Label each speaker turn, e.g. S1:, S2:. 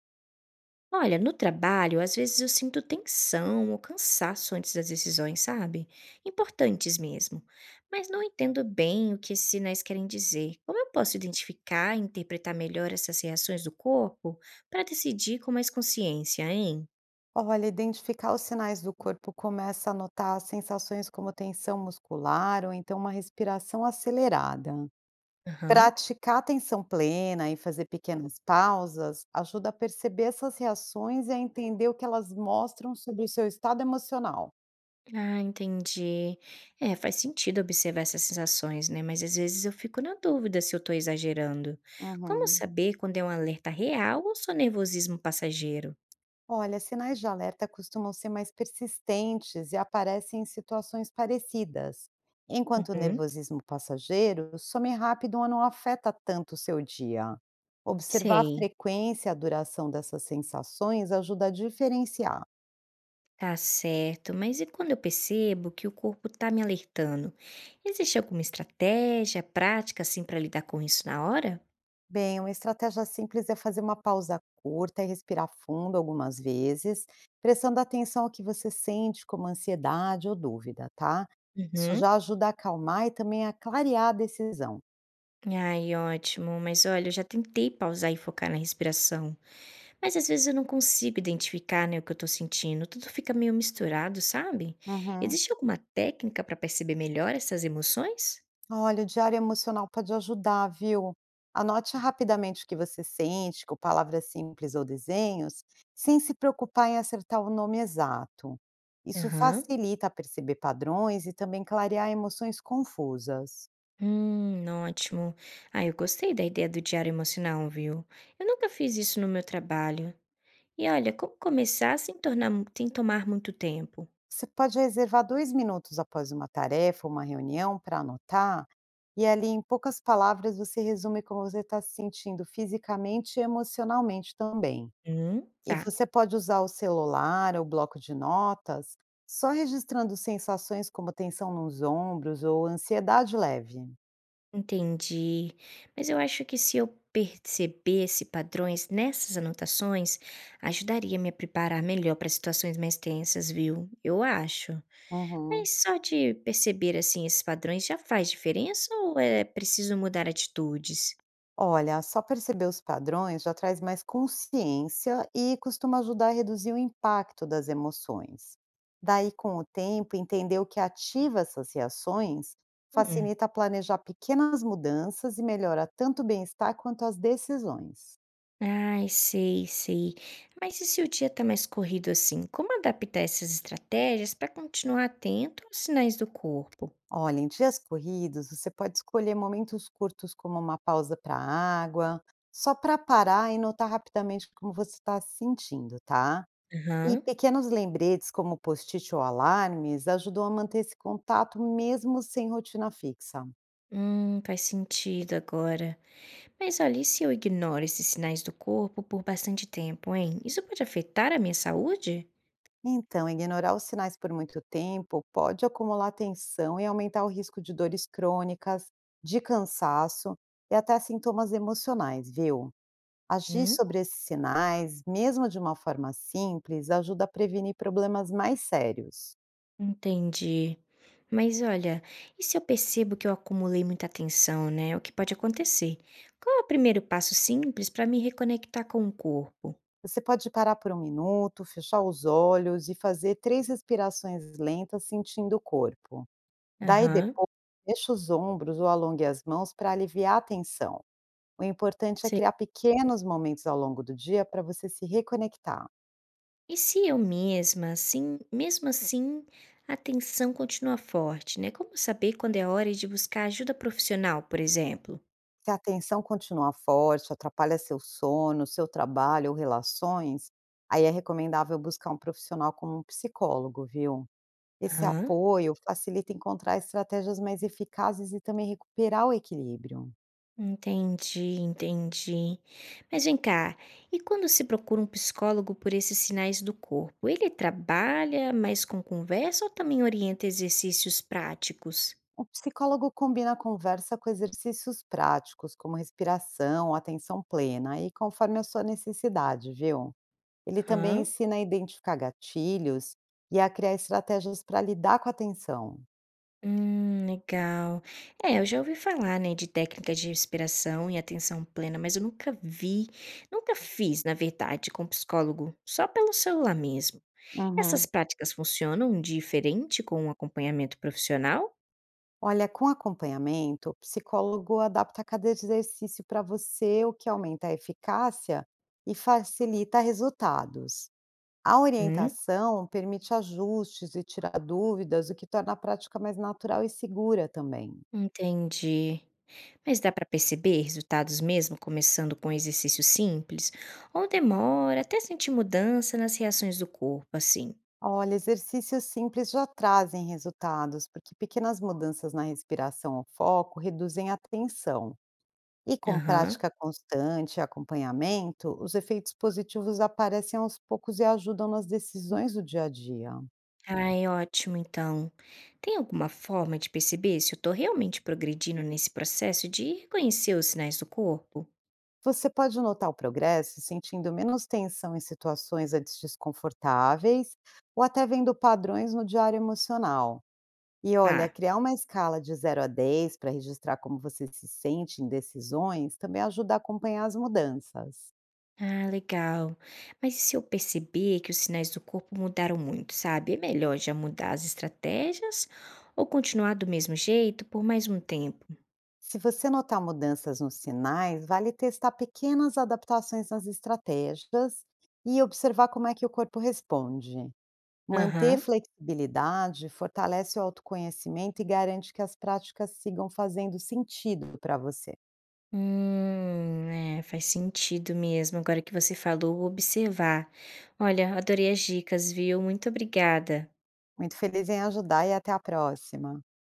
S1: Olha, no trabalho, às vezes eu sinto tensão ou cansaço antes das decisões, sabe? Importantes mesmo. Mas não entendo bem o que esses sinais querem dizer. Como eu posso identificar e interpretar melhor essas reações do corpo para decidir com mais consciência, hein?
S2: Olha, identificar os sinais do corpo começa a notar sensações como tensão muscular ou então uma respiração acelerada.
S1: Aham.
S2: Praticar atenção plena e fazer pequenas pausas ajuda a perceber essas reações e a entender o que elas mostram sobre o seu estado emocional.
S1: Ah, entendi. É, faz sentido observar essas sensações, né? Mas às vezes eu fico na dúvida se eu tô exagerando. Como
S2: Uhum.
S1: saber quando é um alerta real ou só nervosismo passageiro?
S2: Olha, sinais de alerta costumam ser mais persistentes e aparecem em situações parecidas, enquanto o
S1: Uhum.
S2: nervosismo passageiro some rápido ou não afeta tanto o seu dia. Observar a
S1: Sei.
S2: frequência e a duração dessas sensações ajuda a diferenciar.
S1: Tá certo, mas e quando eu percebo que o corpo tá me alertando? Existe alguma estratégia, prática assim pra lidar com isso na hora?
S2: Bem, uma estratégia simples é fazer uma pausa curta e respirar fundo algumas vezes, prestando atenção ao que você sente, como ansiedade ou dúvida, tá? Isso
S1: Uhum.
S2: já ajuda a acalmar e também a clarear a decisão.
S1: Ai, ótimo. Mas olha, eu já tentei pausar e focar na respiração, mas às vezes eu não consigo identificar, né, o que eu tô sentindo. Tudo fica meio misturado, sabe?
S2: Uhum.
S1: Existe alguma técnica pra perceber melhor essas emoções?
S2: Olha, o diário emocional pode ajudar, viu? Anote rapidamente o que você sente, com palavras simples ou desenhos, sem se preocupar em acertar o nome exato. Isso
S1: Aham.
S2: facilita perceber padrões e também clarear emoções confusas.
S1: Ótimo. Ah, eu gostei da ideia do diário emocional, viu? Eu nunca fiz isso no meu trabalho. E olha, como começar sem tornar mu sem tomar muito tempo?
S2: Você pode reservar 2 minutos após uma tarefa, uma reunião, para anotar, e ali, em poucas palavras, você resume como você está se sentindo fisicamente e emocionalmente também.
S1: Hum.
S2: E
S1: Tá,
S2: você pode usar o celular ou bloco de notas, só registrando sensações como tensão nos ombros ou ansiedade leve.
S1: entendi. Mas eu acho que se eu percebesse padrões nessas anotações, ajudaria me a preparar melhor para situações mais tensas, viu? Eu acho.
S2: Uhum.
S1: Mas só de perceber, assim, esses padrões já faz diferença ou é preciso mudar atitudes?
S2: Olha, só perceber os padrões já traz mais consciência e costuma ajudar a reduzir o impacto das emoções. Daí, com o tempo, entender o que ativa essas reações
S1: Hum.
S2: facilita planejar pequenas mudanças e melhora tanto o bem-estar quanto as decisões.
S1: Ai, sei, sei. Mas e se o dia tá mais corrido assim? Como adaptar essas estratégias para continuar atento aos sinais do corpo?
S2: Olha, em dias corridos, você pode escolher momentos curtos, como uma pausa para água, só para parar e notar rapidamente como você está se sentindo, tá? E
S1: Aham.
S2: pequenos lembretes, como post-it ou alarmes, ajudam a manter esse contato mesmo sem rotina fixa.
S1: Faz sentido agora. Mas olha, e se eu ignoro esses sinais do corpo por bastante tempo, hein? Isso pode afetar a minha saúde?
S2: Então, ignorar os sinais por muito tempo pode acumular tensão e aumentar o risco de dores crônicas, de cansaço e até sintomas emocionais, viu? Agir
S1: Hum,
S2: sobre esses sinais, mesmo de uma forma simples, ajuda a prevenir problemas mais sérios.
S1: entendi. Mas olha, e se eu percebo que eu acumulei muita atenção, né? O que pode acontecer? Qual é o primeiro passo simples para me reconectar com o corpo?
S2: Você pode parar por um minuto, fechar os olhos e fazer três respirações lentas sentindo o corpo. Daí
S1: Aham.
S2: depois, mexa os ombros ou alongue as mãos para aliviar a tensão. O importante é
S1: Sei.
S2: criar pequenos momentos ao longo do dia para você se reconectar.
S1: E se eu mesma, assim, mesmo assim, a tensão continua forte, né? Como saber quando é a hora de buscar ajuda profissional, por exemplo?
S2: Se a tensão continuar forte, atrapalha seu sono, seu trabalho ou relações, aí é recomendável buscar um profissional como um psicólogo, viu? Esse
S1: Aham,
S2: apoio facilita encontrar estratégias mais eficazes e também recuperar o equilíbrio.
S1: entendi, entendi. Mas vem cá, e quando se procura um psicólogo por esses sinais do corpo, ele trabalha mais com conversa ou também orienta exercícios práticos?
S2: O psicólogo combina a conversa com exercícios práticos, como respiração, atenção plena, e conforme a sua necessidade, viu? Ele também
S1: Aham.
S2: ensina a identificar gatilhos e a criar estratégias para lidar com a tensão.
S1: Legal. É, eu já ouvi falar, né, de técnicas de respiração e atenção plena, mas eu nunca vi, nunca fiz, na verdade, com psicólogo, só pelo celular mesmo. Essas
S2: Uhum.
S1: práticas funcionam diferente com um acompanhamento profissional?
S2: Olha, com acompanhamento, o psicólogo adapta cada exercício para você, o que aumenta a eficácia e facilita resultados. A
S1: Hum,
S2: orientação permite ajustes e tirar dúvidas, o que torna a prática mais natural e segura também.
S1: entendi. Mas dá para perceber resultados mesmo começando com exercícios simples? Ou demora até sentir mudança nas reações do corpo, assim?
S2: Olha, exercícios simples já trazem resultados, porque pequenas mudanças na respiração ou foco reduzem a tensão. E com
S1: Aham.
S2: prática constante e acompanhamento, os efeitos positivos aparecem aos poucos e ajudam nas decisões do dia a dia.
S1: Ai, ótimo então. Tem alguma forma de perceber se eu tô realmente progredindo nesse processo de reconhecer os sinais do corpo?
S2: Você pode notar o progresso sentindo menos tensão em situações antes desconfortáveis ou até vendo padrões no diário emocional. E olha,
S1: Tá.
S2: criar uma escala de 0 a 10 para registrar como você se sente em decisões também ajuda a acompanhar as mudanças.
S1: Ah, legal. Mas e se eu perceber que os sinais do corpo mudaram muito, sabe? É melhor já mudar as estratégias ou continuar do mesmo jeito por mais um tempo?
S2: Se você notar mudanças nos sinais, vale testar pequenas adaptações nas estratégias e observar como é que o corpo responde. Manter
S1: Aham.
S2: flexibilidade fortalece o autoconhecimento e garante que as práticas sigam fazendo sentido para você.
S1: É, faz sentido mesmo. Agora que você falou, vou observar. Olha, adorei as dicas, viu? Muito obrigada.
S2: Muito feliz em ajudar e até a próxima.